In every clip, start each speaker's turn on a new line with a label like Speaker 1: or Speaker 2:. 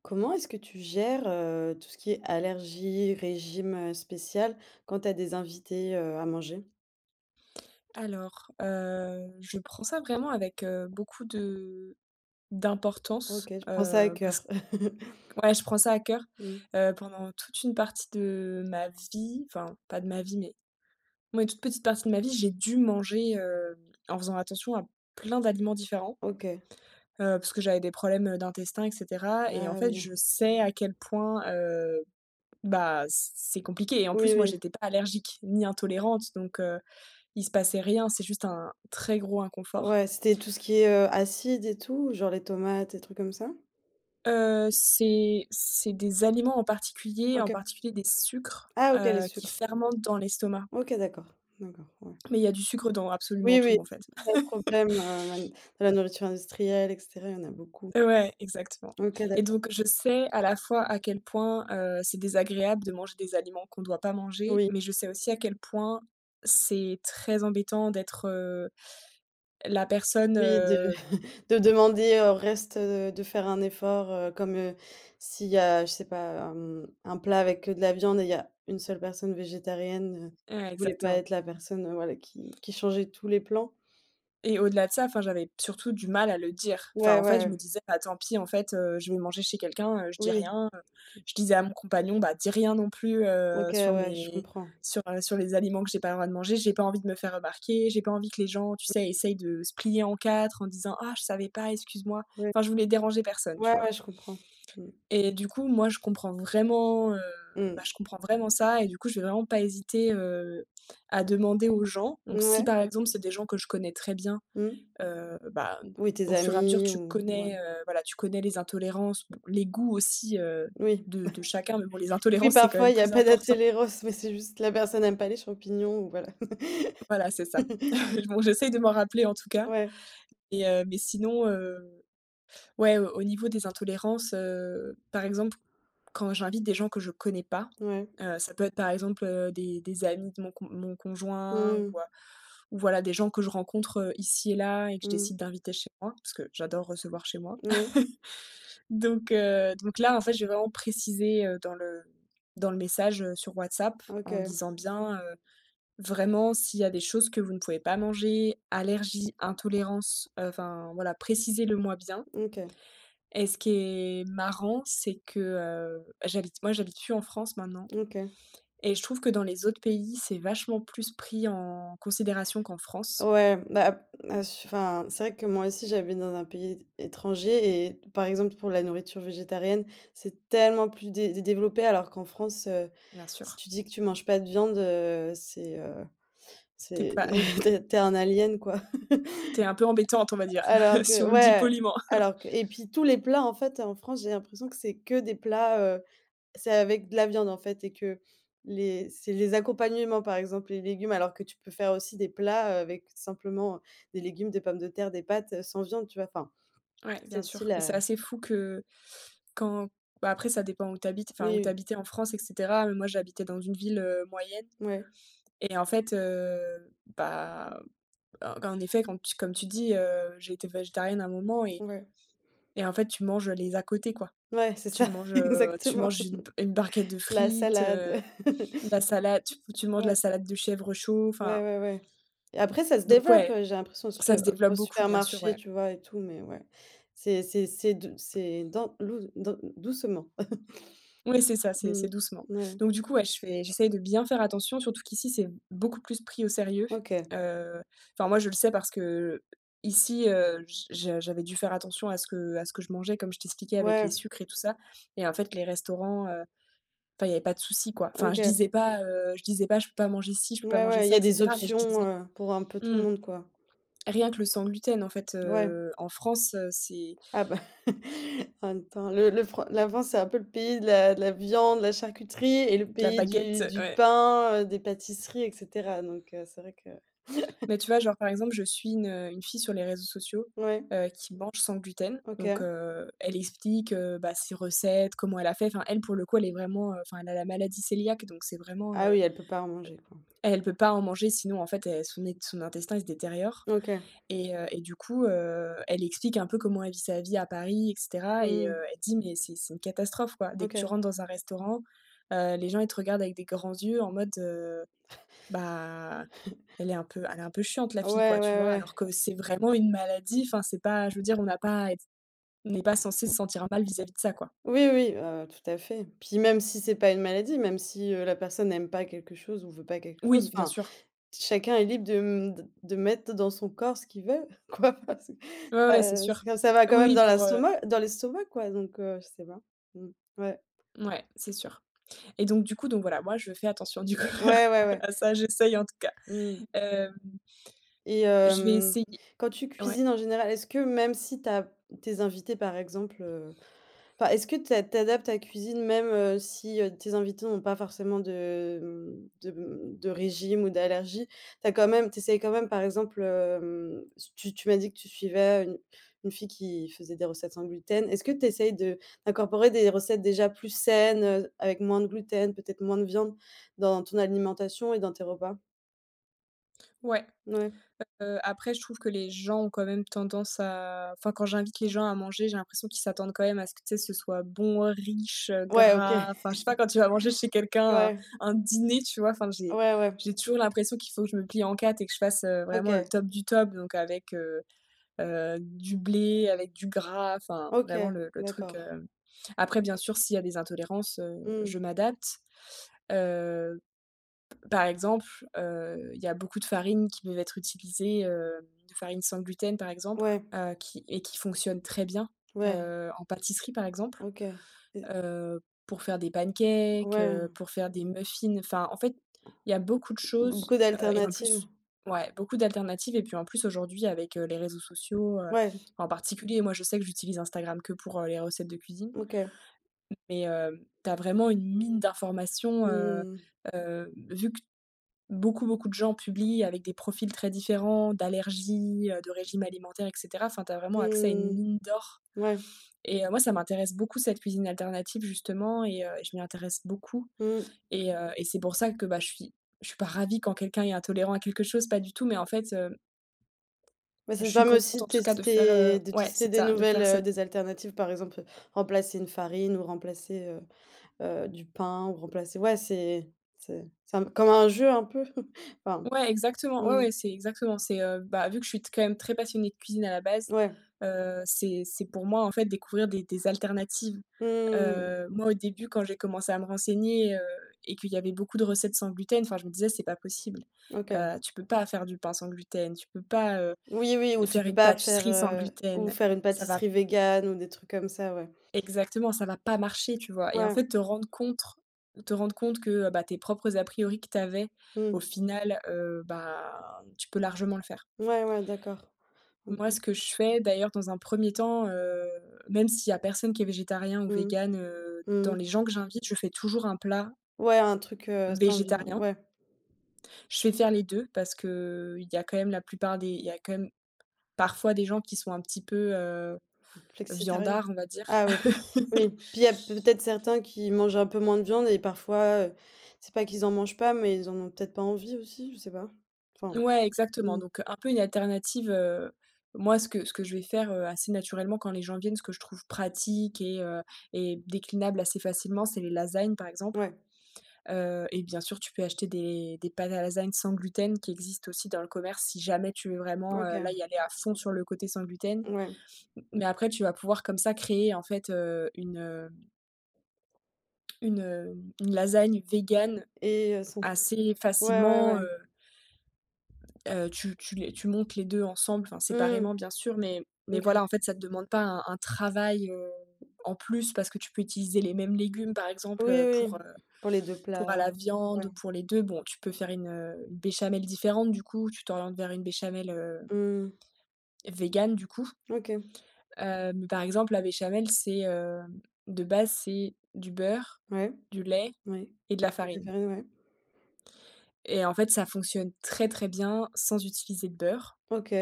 Speaker 1: Comment est-ce que tu gères, tout ce qui est allergie, régime, spécial quand tu as des invités, à manger?
Speaker 2: Alors, je prends ça vraiment avec, beaucoup de d'importance,
Speaker 1: OK, je prends ça à
Speaker 2: parce que
Speaker 1: cœur.
Speaker 2: ouais, je prends ça à cœur.
Speaker 1: Mmh.
Speaker 2: Pendant toute une partie de ma vie, enfin pas de ma vie, mais ouais, une toute petite partie de ma vie, j'ai dû manger, en faisant attention à plein d'aliments différents,
Speaker 1: OK.
Speaker 2: parce que j'avais des problèmes d'intestin et cetera. Et en
Speaker 1: Ah
Speaker 2: fait,
Speaker 1: oui.
Speaker 2: je sais à quel point, bah, c'est compliqué et en
Speaker 1: Oui,
Speaker 2: plus, moi,
Speaker 1: oui.
Speaker 2: j'étais pas allergique ni intolérante, donc il se passait rien, c'est juste un très gros inconfort.
Speaker 1: Ouais, c'était tout ce qui est, acide et tout, genre les tomates, les trucs comme ça?
Speaker 2: C'est des aliments en
Speaker 1: OK.
Speaker 2: particulier des sucres,
Speaker 1: Ah OK, les
Speaker 2: qui
Speaker 1: sucres.
Speaker 2: fermentent dans l'estomac.
Speaker 1: OK, d'accord, d'accord, ouais.
Speaker 2: Mais il y a du sucre dans absolument
Speaker 1: Oui, oui,
Speaker 2: tout en
Speaker 1: c'est
Speaker 2: fait.
Speaker 1: ça le problème, man dans la nourriture industrielle et cetera, il y en a beaucoup.
Speaker 2: Ouais, exactement.
Speaker 1: OK,
Speaker 2: Et
Speaker 1: d'accord.
Speaker 2: donc je sais à la fois à quel point, c'est désagréable de manger des aliments qu'on doit pas manger,
Speaker 1: Oui,
Speaker 2: mais je sais aussi à quel point c'est très embêtant d'être, la personne,
Speaker 1: oui. De demander au reste, de faire un effort, comme, s'il y a, je sais pas, un plat avec que de la viande et il y a une seule personne végétarienne,
Speaker 2: ouais,
Speaker 1: je voulais pas
Speaker 2: exactement.
Speaker 1: être la personne, voilà qui changeait tous les plans.
Speaker 2: Et au-delà de ça, enfin, j'avais surtout du mal à le dire. Enfin,
Speaker 1: Ouais, ouais,
Speaker 2: en fait, je
Speaker 1: ouais.
Speaker 2: me disais: «Bah, tant pis, en fait, je vais manger chez quelqu'un, je dis
Speaker 1: Oui,
Speaker 2: rien»,
Speaker 1: tu
Speaker 2: je disais à mon compagnon: «Bah, dis rien non plus,
Speaker 1: OK,
Speaker 2: sur
Speaker 1: ouais, je comprends.
Speaker 2: sur les aliments que j'ai pas le droit de manger, j'ai pas envie de me faire remarquer, j'ai pas envie que les gens, tu sais, essayent de se plier en 4 en disant: "Ah, je savais pas, excuse-moi"».
Speaker 1: Ouais.
Speaker 2: Enfin, je voulais déranger personne,
Speaker 1: Ouais,
Speaker 2: tu vois?
Speaker 1: ouais, je comprends. Mmh.
Speaker 2: Et du coup, moi, je comprends vraiment,
Speaker 1: Mmh.
Speaker 2: bah, je comprends vraiment ça, et du coup, je vais vraiment pas hésiter, à demander aux gens. Donc si,
Speaker 1: Ouais.
Speaker 2: par exemple, c'est des gens que je connais très bien,
Speaker 1: Mmh.
Speaker 2: Bah,
Speaker 1: Oui, tes
Speaker 2: au fur et à mesure,
Speaker 1: amis
Speaker 2: tu
Speaker 1: ou ouais.
Speaker 2: connais, voilà, tu connais les intolérances, bon, les goûts aussi,
Speaker 1: Oui.
Speaker 2: de chacun, mais bon, les
Speaker 1: Oui,
Speaker 2: intolérances, c'est quand
Speaker 1: parfois
Speaker 2: même
Speaker 1: il y a
Speaker 2: plus
Speaker 1: pas
Speaker 2: important.
Speaker 1: d'atéléros, mais c'est juste la personne aime pas les champignons ou voilà.
Speaker 2: Voilà, c'est ça. Bon, j'essaye de m'en rappeler, en tout cas,
Speaker 1: Ouais,
Speaker 2: mais sinon, ouais, au niveau des intolérances, par exemple, quand j'invite des gens que je connais pas,
Speaker 1: ouais.
Speaker 2: ça peut être, par exemple, des amis de mon conjoint,
Speaker 1: Mmh.
Speaker 2: ou voilà, des gens que je rencontre, ici et là et que je
Speaker 1: Mmh.
Speaker 2: décide d'inviter chez moi, parce que j'adore recevoir chez moi.
Speaker 1: Oui.
Speaker 2: Donc, là, en fait, je vais vraiment préciser, dans le message, sur WhatsApp, en
Speaker 1: OK,
Speaker 2: disant bien, vraiment s'il y a des choses que vous ne pouvez pas manger, allergies, intolérances, enfin voilà, précisez-le-moi bien.
Speaker 1: OK,
Speaker 2: Et ce qui est marrant, c'est que, j'habite, moi, j'habite plus en France maintenant,
Speaker 1: OK.
Speaker 2: et je trouve que dans les autres pays, c'est vachement plus pris en considération qu'en France,
Speaker 1: Ouais, bah, ah su enfin, c'est vrai que moi aussi j'habite dans un pays étranger et par exemple pour la nourriture végétarienne, c'est tellement plus dé dé développé alors qu'en France,
Speaker 2: bien
Speaker 1: si
Speaker 2: sûr.
Speaker 1: tu dis que tu manges pas de viande,
Speaker 2: T'es
Speaker 1: c'est
Speaker 2: pas Oui,
Speaker 1: t'es es un alien quoi.
Speaker 2: t'es un peu embêtante, on va dire,
Speaker 1: Alors
Speaker 2: si
Speaker 1: que
Speaker 2: on me le dit
Speaker 1: ouais,
Speaker 2: poliment.
Speaker 1: alors que et puis tous les plats en fait en France, j'ai l'impression que c'est que des plats, c'est avec de la viande, en fait et que les c'est les accompagnements, par exemple, les légumes, alors que tu peux faire aussi des plats, avec simplement, des légumes, des pommes de terre, des pâtes, sans viande, tu vois? Enfin,
Speaker 2: Ouais,
Speaker 1: c'est
Speaker 2: bien
Speaker 1: aussi
Speaker 2: sûr. Mais c'est
Speaker 1: la
Speaker 2: assez fou que Quand Bah, après ça dépend où tu habites, enfin où tu
Speaker 1: oui,
Speaker 2: habitais en France et cetera, mais moi j'habitais dans une ville, moyenne,
Speaker 1: ouais,
Speaker 2: et en fait, bah, en effet, quand tu, comme tu dis, j'ai été végétarienne à un moment, et
Speaker 1: ouais,
Speaker 2: en fait tu manges les à côté, quoi.
Speaker 1: ouais, c'est ça,
Speaker 2: Tu
Speaker 1: exactement.
Speaker 2: manges une barquette de
Speaker 1: La
Speaker 2: frites,
Speaker 1: salade,
Speaker 2: la salade, tu manges la
Speaker 1: ouais,
Speaker 2: salade de chèvre chaud, enfin
Speaker 1: ouais, ouais, ouais et après ça se
Speaker 2: donc
Speaker 1: développe,
Speaker 2: ouais,
Speaker 1: j'ai l'impression
Speaker 2: ça se développe
Speaker 1: au
Speaker 2: beaucoup, bien sûr,
Speaker 1: supermarché,
Speaker 2: ouais.
Speaker 1: tu vois? Et tout, mais ouais, c'est dou c'est dans lou dans doucement.
Speaker 2: Oui, c'est ça, c'est
Speaker 1: Mmh,
Speaker 2: doucement.
Speaker 1: ouais,
Speaker 2: Donc du coup, ouais, je fais j'essaye de bien faire attention, surtout qu'ici, c'est beaucoup plus pris au sérieux.
Speaker 1: OK,
Speaker 2: Heu, enfin, moi, je le sais parce qu'ici, j'avais dû faire attention à ce que je mangeais, comme je t'expliquais, avec les
Speaker 1: ouais,
Speaker 2: sucres et tout ça, et en fait, les restaurants, enfin, il y avait pas de souci, quoi. Enfin,
Speaker 1: OK.
Speaker 2: je disais pas: «Je peux pas manger ci, je peux pas
Speaker 1: Ouais,
Speaker 2: manger
Speaker 1: ouais, il y
Speaker 2: ça» et
Speaker 1: a des
Speaker 2: cetera, mais je
Speaker 1: options,
Speaker 2: disais
Speaker 1: pour un peu tout le
Speaker 2: mmh,
Speaker 1: monde, quoi.
Speaker 2: rien que le sans gluten, en fait,
Speaker 1: Ouais.
Speaker 2: en France, c'est
Speaker 1: Ah bah, en même temps, le Fran la France, c'est un peu le pays de la viande, de la charcuterie et le
Speaker 2: de la
Speaker 1: pays
Speaker 2: baguette,
Speaker 1: du
Speaker 2: ouais.
Speaker 1: pain, des pâtisseries et cetera donc c'est vrai que
Speaker 2: Mais tu vois, genre, par exemple, je suis une fille sur les réseaux sociaux,
Speaker 1: ouais,
Speaker 2: qui mange sans gluten. Donc,
Speaker 1: OK.
Speaker 2: elle explique, bah, ses recettes, comment elle a fait. Enfin, elle, pour le coup, elle est vraiment, enfin, elle a la maladie cœliaque, donc c'est vraiment,
Speaker 1: Ah oui, elle peut pas en manger, quoi.
Speaker 2: elle peut pas en manger, sinon, en fait, elle son é son intestin, il se détériore,
Speaker 1: OK.
Speaker 2: et du coup, elle explique un peu comment elle vit sa vie à Paris et cetera, et
Speaker 1: Mmh.
Speaker 2: elle dit: «Mais c'est une catastrophe, quoi. Dès que tu
Speaker 1: OK.
Speaker 2: rentres dans un restaurant, les gens, ils te regardent avec des grands yeux, en mode, bah, elle est un peu chiante, la fille, quoi,
Speaker 1: Ouais, ouais,
Speaker 2: tu vois? Alors
Speaker 1: ouais.
Speaker 2: que c'est vraiment une maladie, enfin c'est pas, je veux dire, on n'est pas censé se sentir mal vis-à-vis de ça, quoi.
Speaker 1: Oui, oui, tout à fait. Puis même si c'est pas une maladie, même si, la personne n'aime pas quelque chose ou veut pas quelque
Speaker 2: Oui,
Speaker 1: chose,
Speaker 2: bien
Speaker 1: enfin
Speaker 2: sûr.
Speaker 1: chacun est libre de, mmh, d de mettre dans son corps ce qu'il veut, quoi. Enfin,
Speaker 2: Ouais, ouais, c'est
Speaker 1: c'est
Speaker 2: sûr.
Speaker 1: comme ça va quand
Speaker 2: Oui,
Speaker 1: même
Speaker 2: oui
Speaker 1: dans l'estomac dans l'estomac, quoi, donc je sais pas. Mmh. Ouais.
Speaker 2: ouais, c'est sûr, et donc du coup, donc voilà, moi je fais attention du coup
Speaker 1: Ouais, ouais, ouais.
Speaker 2: à ça, j'essaye en tout cas.
Speaker 1: Mmh
Speaker 2: Hem,
Speaker 1: et
Speaker 2: je vais
Speaker 1: hem,
Speaker 2: essayer,
Speaker 1: quand tu
Speaker 2: ouais,
Speaker 1: cuisines en général, est-ce que même si t'as tes invités, par exemple, enfin, est-ce que t'a tu ta cuisine même, si, tes invités n'ont pas forcément de, de régime ou d'allergie? T'essayes quand même par exemple, tu m'as dit que tu suivais une fille qui faisait des recettes sans gluten. Est-ce que tu essayes de d'incorporer des recettes déjà plus saines, avec moins de gluten, peut-être moins de viande dans ton alimentation et dans tes repas?
Speaker 2: ouais.
Speaker 1: Ouais.
Speaker 2: Après je trouve que les gens ont quand même tendance à enfin, quand j'invite les gens à manger, j'ai l'impression qu'ils s'attendent quand même à ce que, tu sais, ce soit bon, riche,
Speaker 1: Ouais, OK.
Speaker 2: gras, enfin je sais pas, quand tu vas manger chez quelqu'un un
Speaker 1: Ouais.
Speaker 2: un dîner, tu vois? Enfin j'ai
Speaker 1: Ouais, ouais.
Speaker 2: j'ai toujours l'impression qu'il faut que je me plie en 4 et que je fasse, vraiment le
Speaker 1: OK.
Speaker 2: top du top, donc avec, du blé, avec du gras, enfin
Speaker 1: OK.
Speaker 2: vraiment le truc,
Speaker 1: D'accord.
Speaker 2: après bien sûr s'il y a des intolérances,
Speaker 1: Mmh.
Speaker 2: je m'adapte, heu par exemple, il y a beaucoup de farines qui peuvent être utilisées, de farines sans gluten par exemple,
Speaker 1: Ouais.
Speaker 2: qui et qui fonctionnent très bien,
Speaker 1: Ouais.
Speaker 2: en pâtisserie par exemple,
Speaker 1: OK. Et
Speaker 2: heu, pour faire des pancakes,
Speaker 1: ouais.
Speaker 2: pour faire des muffins. Enfin, en fait, il y a beaucoup de choses,
Speaker 1: Beaucoup
Speaker 2: et en
Speaker 1: d'alternatives.
Speaker 2: plus ouais, beaucoup d'alternatives, et puis en plus aujourd'hui avec, les réseaux sociaux,
Speaker 1: Ouais,
Speaker 2: en particulier, moi je sais que j'utilise Instagram que pour, les recettes de cuisine,
Speaker 1: OK.
Speaker 2: mais, tu as vraiment une mine d'informations,
Speaker 1: Mmh.
Speaker 2: vu Beaucoup, beaucoup de gens publient avec des profils très différents d'allergies, de régimes alimentaires et cetera. Enfin, tu as vraiment accès à une
Speaker 1: Mmh.
Speaker 2: mine d'or,
Speaker 1: Mmh, ouais.
Speaker 2: et moi ça m'intéresse beaucoup, cette cuisine alternative, justement, et je m'y intéresse beaucoup,
Speaker 1: Mmh.
Speaker 2: et c'est pour ça que, bah, je suis pas ravie quand quelqu'un est intolérant à quelque chose, pas du tout, mais en fait,
Speaker 1: Bah, ça
Speaker 2: je
Speaker 1: te
Speaker 2: suis
Speaker 1: permet
Speaker 2: contente
Speaker 1: aussi
Speaker 2: en
Speaker 1: de
Speaker 2: tout cas de faire,
Speaker 1: tester de
Speaker 2: ouais,
Speaker 1: tester
Speaker 2: c'est
Speaker 1: des
Speaker 2: ça, de
Speaker 1: nouvelles,
Speaker 2: faire cette
Speaker 1: des alternatives, par exemple, remplacer une farine ou remplacer, du pain ou remplacer ouais, c'est un comme un jeu un peu? Enfin,
Speaker 2: Ouais, exactement. Ouais,
Speaker 1: mmh,
Speaker 2: ouais, c'est exactement. C'est, bah, vu que je suis t quand même très passionnée de cuisine à la base,
Speaker 1: ouais.
Speaker 2: c'est pour moi, en fait, découvrir des alternatives.
Speaker 1: Mmh.
Speaker 2: Moi, au début, quand j'ai commencé à me renseigner, et qu'il y avait beaucoup de recettes sans gluten, enfin, je me disais: «C'est pas possible.
Speaker 1: OK.
Speaker 2: Tu peux pas faire du pain sans gluten, tu peux pas,
Speaker 1: Oui, oui, ou tu
Speaker 2: faire
Speaker 1: peux
Speaker 2: une
Speaker 1: pas faire,
Speaker 2: pâtisserie sans
Speaker 1: ou
Speaker 2: gluten,
Speaker 1: faire une
Speaker 2: ça va
Speaker 1: pâtisserie végane ou des trucs comme ça, ouais.
Speaker 2: Exactement, ça va pas marcher, tu vois? Et en
Speaker 1: Ouais.
Speaker 2: fait, te rendre compte que, bah, tes propres a priori que tu avais, au
Speaker 1: Mmh.
Speaker 2: final, bah, tu peux largement le faire.
Speaker 1: Ouais, ouais, d'accord. OK.
Speaker 2: Moi, ce que je fais d'ailleurs dans un premier temps, même s'il y a personne qui est végétarien ou
Speaker 1: Mmh.
Speaker 2: végane, dans
Speaker 1: Mmh.
Speaker 2: les gens que j'invite, je fais toujours un plat
Speaker 1: Ouais, un truc, sans viande,
Speaker 2: végétarien.
Speaker 1: ouais,
Speaker 2: Je fais Faire les deux, parce que il y a quand même parfois des gens qui sont un petit peu,
Speaker 1: flexitarien.
Speaker 2: viandards, on va dire.
Speaker 1: Ah ouais, oui. Puis il y a peut-être certains qui mangent un peu moins de viande et parfois, c'est pas qu'ils en mangent pas, mais ils en ont peut-être pas envie aussi, je sais pas. Enfin,
Speaker 2: Ouais, exactement.
Speaker 1: mmh,
Speaker 2: Donc un peu une alternative, moi ce que je vais faire, assez naturellement quand les gens viennent, ce que je trouve pratique et déclinable assez facilement, c'est les lasagnes par exemple,
Speaker 1: ouais,
Speaker 2: et bien sûr tu peux acheter des pâtes à lasagne sans gluten, qui existent aussi dans le commerce si jamais tu veux vraiment, là,
Speaker 1: OK,
Speaker 2: y aller à fond sur le côté sans gluten.
Speaker 1: ouais
Speaker 2: Mais après tu vas pouvoir comme ça créer en fait, une, heu, une lasagne végane
Speaker 1: et sans
Speaker 2: assez
Speaker 1: ouais, ouais,
Speaker 2: facilement.
Speaker 1: ouais.
Speaker 2: Tu montes les 2 ensemble, enfin
Speaker 1: Mmh,
Speaker 2: séparément bien sûr, mais voilà,
Speaker 1: OK.
Speaker 2: en fait, ça ne te demande pas un travail, en plus parce que tu peux utiliser les mêmes légumes, par exemple,
Speaker 1: Oui,
Speaker 2: pour,
Speaker 1: oui,
Speaker 2: heu,
Speaker 1: pour les deux
Speaker 2: pour à
Speaker 1: plats,
Speaker 2: la
Speaker 1: ouais.
Speaker 2: viande pour les 2. Bon, tu peux faire une béchamel différente du coup, tu t'orientes vers une béchamel
Speaker 1: Mmh,
Speaker 2: végane du coup.
Speaker 1: OK,
Speaker 2: Mais par exemple, la béchamel, de base, c'est du beurre,
Speaker 1: ouais,
Speaker 2: du lait
Speaker 1: oui.
Speaker 2: et de la
Speaker 1: Des
Speaker 2: farine
Speaker 1: farines, ouais.
Speaker 2: et en fait, ça fonctionne très, très bien sans utiliser de beurre.
Speaker 1: OK.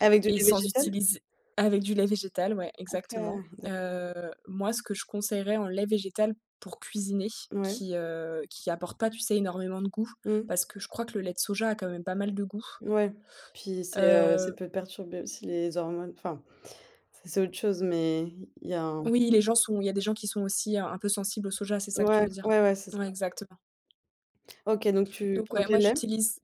Speaker 1: Avec de
Speaker 2: Et
Speaker 1: lait
Speaker 2: sans
Speaker 1: végétal?
Speaker 2: utiliser avec du lait végétal, ouais,
Speaker 1: OK,
Speaker 2: exactement.
Speaker 1: d'ac
Speaker 2: Moi, ce que je conseillerais en lait végétal pour cuisiner,
Speaker 1: ouais.
Speaker 2: qui apporte pas, tu sais, énormément de goût,
Speaker 1: Mmh.
Speaker 2: parce que je crois que le lait de soja a quand même pas mal de goût.
Speaker 1: Ouais, puis c'est, ça
Speaker 2: Heu,
Speaker 1: peut perturber aussi les hormones, enfin, ça c'est autre chose, mais il y a un
Speaker 2: oui, les gens sont il y a des gens qui sont aussi un peu sensibles au soja, c'est ça que tu
Speaker 1: ouais,
Speaker 2: veux dire?
Speaker 1: ouais, ouais, c'est ça.
Speaker 2: Ouais, exactement.
Speaker 1: OK, donc tu
Speaker 2: Donc
Speaker 1: prends
Speaker 2: ouais,
Speaker 1: que le lait?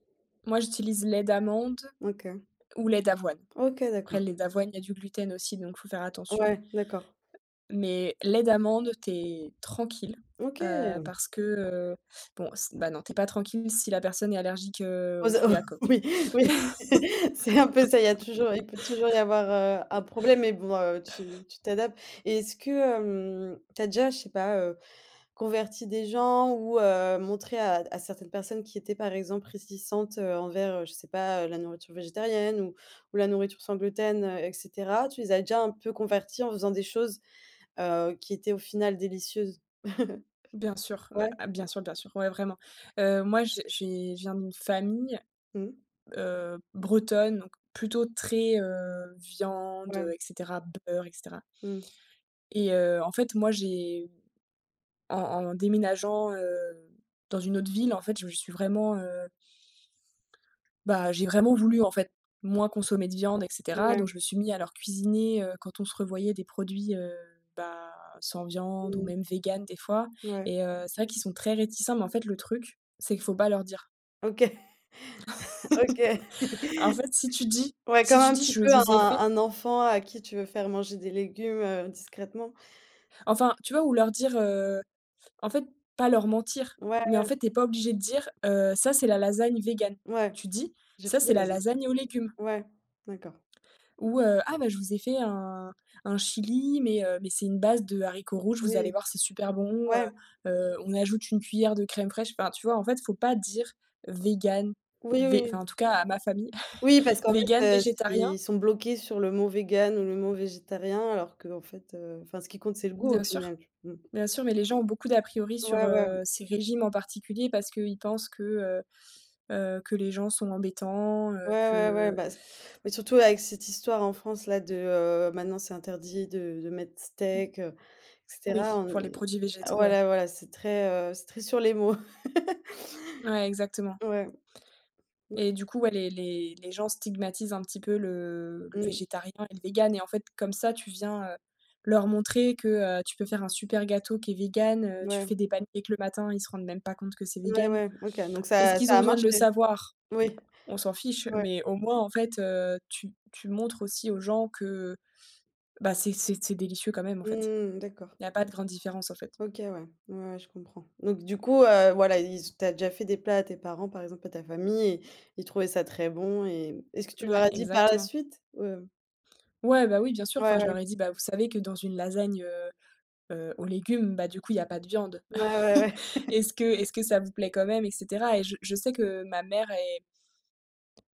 Speaker 2: moi j'utilise lait d'amande
Speaker 1: OK.
Speaker 2: ou lait d'avoine.
Speaker 1: OK,
Speaker 2: Après
Speaker 1: d'accord.
Speaker 2: le lait d'avoine, il y a du gluten aussi, donc faut faire attention.
Speaker 1: Ouais, d'accord.
Speaker 2: Mais lait d'amande, tu es tranquille,
Speaker 1: OK.
Speaker 2: parce que, bon, s bah, non, t'es pas tranquille si la personne est allergique, aux
Speaker 1: Aux
Speaker 2: fruits
Speaker 1: a
Speaker 2: à coque.
Speaker 1: oui, oui, c'est un peu ça, il peut toujours y avoir, un problème mais bon, tu t'adaptes et est-ce que, tu as déjà, je sais pas, converti des gens ou montrer à certaines personnes qui étaient, par exemple, réticentes, envers, je sais pas, la nourriture végétarienne ou la nourriture sans gluten, et cetera. Tu les as déjà un peu convertis en faisant des choses, qui étaient au final délicieuses?
Speaker 2: Bien sûr,
Speaker 1: Ouais.
Speaker 2: ah, bien sûr, ouais, vraiment. Moi, j'ai je viens d'une famille,
Speaker 1: Mmh.
Speaker 2: bretonne, donc plutôt très, viande,
Speaker 1: Ouais.
Speaker 2: et cetera, beurre, et cetera
Speaker 1: Mmh.
Speaker 2: et en fait, moi, j'ai en déménageant, dans une autre ville, en fait, je me suis vraiment, bah, j'ai vraiment voulu, en fait, moins consommer de viande et cetera, donc
Speaker 1: Ouais.
Speaker 2: je me suis mis à leur cuisiner, quand on se revoyait des produits, bah, sans viande ou
Speaker 1: Mmh.
Speaker 2: même véganes des fois
Speaker 1: Ouais.
Speaker 2: et c'est vrai qu'ils sont très réticents, mais en fait, le truc, c'est qu'il faut pas leur dire.
Speaker 1: OK. OK.
Speaker 2: En fait,
Speaker 1: Ouais,
Speaker 2: si
Speaker 1: comme
Speaker 2: tu
Speaker 1: un
Speaker 2: dis:
Speaker 1: petit
Speaker 2: «Je
Speaker 1: peu un
Speaker 2: vous ai fait»
Speaker 1: enfant à qui tu veux faire manger des légumes, discrètement.
Speaker 2: enfin, tu vois? Ou leur dire, en fait, pas leur mentir,
Speaker 1: Ouais,
Speaker 2: mais en
Speaker 1: ouais.
Speaker 2: fait, t'es pas obligé de dire: «Ça, c'est la lasagne végane».
Speaker 1: Ouais.
Speaker 2: Tu dis:
Speaker 1: J'ai
Speaker 2: «Ça,
Speaker 1: fait
Speaker 2: c'est
Speaker 1: des
Speaker 2: la
Speaker 1: lasagnes.
Speaker 2: lasagne aux légumes».
Speaker 1: Ouais. D'accord.
Speaker 2: Ou: «Ah bah, je vous ai fait un chili, mais c'est une base de haricots rouges, vous allez
Speaker 1: Oui.
Speaker 2: voir, c'est super bon,
Speaker 1: Ouais.
Speaker 2: on ajoute une cuillère de crème fraîche». Enfin, tu vois, en fait, faut pas dire végan,
Speaker 1: Oui, oui.
Speaker 2: vé enfin,
Speaker 1: Oui,
Speaker 2: en tout cas à ma famille,
Speaker 1: oui, parce qu'en
Speaker 2: végan,
Speaker 1: fait,
Speaker 2: végétarien.
Speaker 1: s'ils sont bloqués sur le mot vegan ou le mot végétarien, alors que en fait, enfin, ce qui compte, c'est le goût au
Speaker 2: Bien sûr,
Speaker 1: final. Mmh.
Speaker 2: bien sûr, mais les gens ont beaucoup d'a priori sur,
Speaker 1: Ouais, ouais,
Speaker 2: ces régimes en particulier parce qu'ils pensent que les gens sont embêtants,
Speaker 1: ouais, ouais, ouais,
Speaker 2: que
Speaker 1: bah, s mais surtout avec cette histoire en France là maintenant c'est interdit de mettre steak, et cetera.
Speaker 2: oui,
Speaker 1: On
Speaker 2: pour les produits
Speaker 1: ah,
Speaker 2: végétaux, ouais.
Speaker 1: voilà, voilà, c'est très sur les mots.
Speaker 2: Ouais, exactement.
Speaker 1: Ouais,
Speaker 2: Et du coup, ouais, les gens stigmatisent un petit peu le
Speaker 1: mmh,
Speaker 2: végétarien et le vegan et en fait, comme ça, tu viens, leur montrer que, tu peux faire un super gâteau qui est vegan, tu
Speaker 1: ouais,
Speaker 2: fais des pancakes le matin, ils se rendent même pas compte que c'est
Speaker 1: ouais,
Speaker 2: vegan.
Speaker 1: ouais, OK, donc
Speaker 2: Est-ce
Speaker 1: ça
Speaker 2: qu'ils ont
Speaker 1: ça a
Speaker 2: besoin de le
Speaker 1: marché?
Speaker 2: savoir?
Speaker 1: Oui,
Speaker 2: On s'en fiche,
Speaker 1: ouais.
Speaker 2: mais au moins, en fait, tu montres aussi aux gens que, bah, c'est délicieux quand même, en fait.
Speaker 1: Mmh, d'accord.
Speaker 2: Il y a pas de grande différence, en fait.
Speaker 1: OK, ouais. Ouais, ouais, je comprends. Donc du coup, voilà, ils tu déjà fait des plats à tes parents, par exemple, à ta famille et ils trouvaient ça très bon et est-ce que tu leur
Speaker 2: Ouais,
Speaker 1: as dit par la
Speaker 2: exactement.
Speaker 1: suite?
Speaker 2: Ouais, bah, oui, bien sûr,
Speaker 1: Ouais,
Speaker 2: enfin, je
Speaker 1: ouais.
Speaker 2: leur ai dit: «Bah, vous savez que dans une lasagne, aux légumes, bah, du coup, il y a pas de viande.
Speaker 1: Ouais, ouais, ouais.
Speaker 2: Est-ce que ça vous plaît quand même et cetera? Et je sais que ma mère est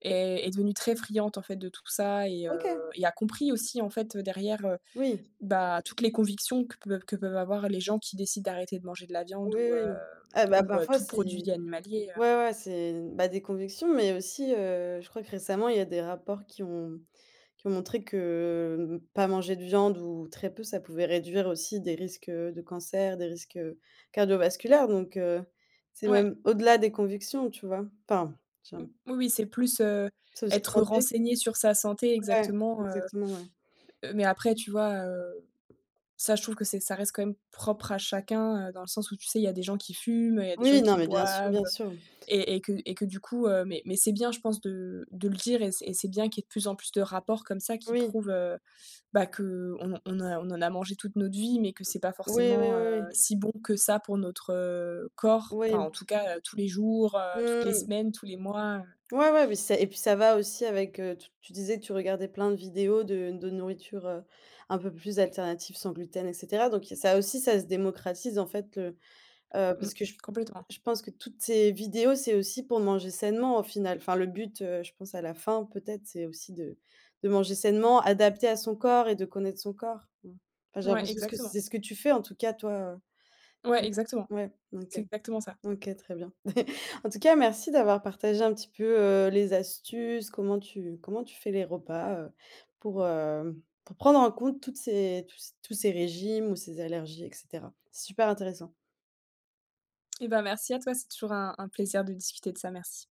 Speaker 2: est devenue très friande, en fait, de tout ça
Speaker 1: OK,
Speaker 2: et a compris aussi, en fait, derrière,
Speaker 1: oui.
Speaker 2: bah, toutes les convictions que peuvent avoir les gens qui décident d'arrêter de manger de la viande
Speaker 1: Oui, oui. Ah bah,
Speaker 2: ou,
Speaker 1: parfois
Speaker 2: tout produit
Speaker 1: c'est
Speaker 2: animalier,
Speaker 1: ouais, ouais, c'est, bah, des convictions mais aussi, je crois que récemment, il y a des rapports qui ont qui ont montré que, mmh, pas manger de viande ou très peu, ça pouvait réduire aussi des risques, de cancer, des risques, cardiovasculaires donc c'est
Speaker 2: heu. Ouais.
Speaker 1: même au-delà des convictions, tu vois? Enfin, j'ai
Speaker 2: Mmh,
Speaker 1: un
Speaker 2: oui, oui, c'est plus,
Speaker 1: c'est aussi
Speaker 2: être
Speaker 1: santé
Speaker 2: renseigné sur sa santé
Speaker 1: ouais,
Speaker 2: exactement,
Speaker 1: exactement, ouais.
Speaker 2: mais après, tu vois, ça, je trouve que c'est ça reste quand même propre à chacun, dans le sens où, tu sais, il y a des gens qui fument, il y a des gens
Speaker 1: Oui, non,
Speaker 2: qui
Speaker 1: mais bien sûr, bien
Speaker 2: boivent
Speaker 1: sûr.
Speaker 2: et que du coup, mais c'est bien, je pense, de le dire et c'est bien qu'il y ait de plus en plus de rapports comme ça qui
Speaker 1: Oui.
Speaker 2: prouvent, bah, que on en a mangé toute notre vie, mais que c'est pas
Speaker 1: Oui, oui,
Speaker 2: forcément,
Speaker 1: oui, oui.
Speaker 2: si bon que ça pour notre, corps. Enfin, en
Speaker 1: Oui.
Speaker 2: tout cas, tous les jours, toutes les
Speaker 1: Mmh.
Speaker 2: semaines, tous les mois,
Speaker 1: Ouais, ouais, mais c'est et puis ça va aussi avec, tu disais que tu regardais plein de vidéos de nourriture, un peu plus alternative, sans gluten et cetera donc ça aussi, ça se démocratise en fait. Heu,
Speaker 2: mmh,
Speaker 1: parce que je
Speaker 2: complètement.
Speaker 1: je pense que toutes ces vidéos, c'est aussi pour manger sainement au final. Enfin le but, je pense à la fin peut-être, c'est aussi de manger sainement, adapté à son corps et de connaître son corps. Mmh. Enfin, j'ai
Speaker 2: Ouais,
Speaker 1: l'impression que
Speaker 2: exactement.
Speaker 1: c'est ce que tu fais en tout cas toi.
Speaker 2: Ouais,
Speaker 1: Mmh.
Speaker 2: exactement.
Speaker 1: Ouais, OK.
Speaker 2: C'est exactement ça.
Speaker 1: OK, très bien. En tout cas, merci d'avoir partagé un petit peu, les astuces, comment tu fais les repas, pour prendre en compte toutes ces tous ces régimes ou ces allergies et cetera. C'est super intéressant.
Speaker 2: Et ben merci à toi, c'est toujours un plaisir de discuter de ça, merci.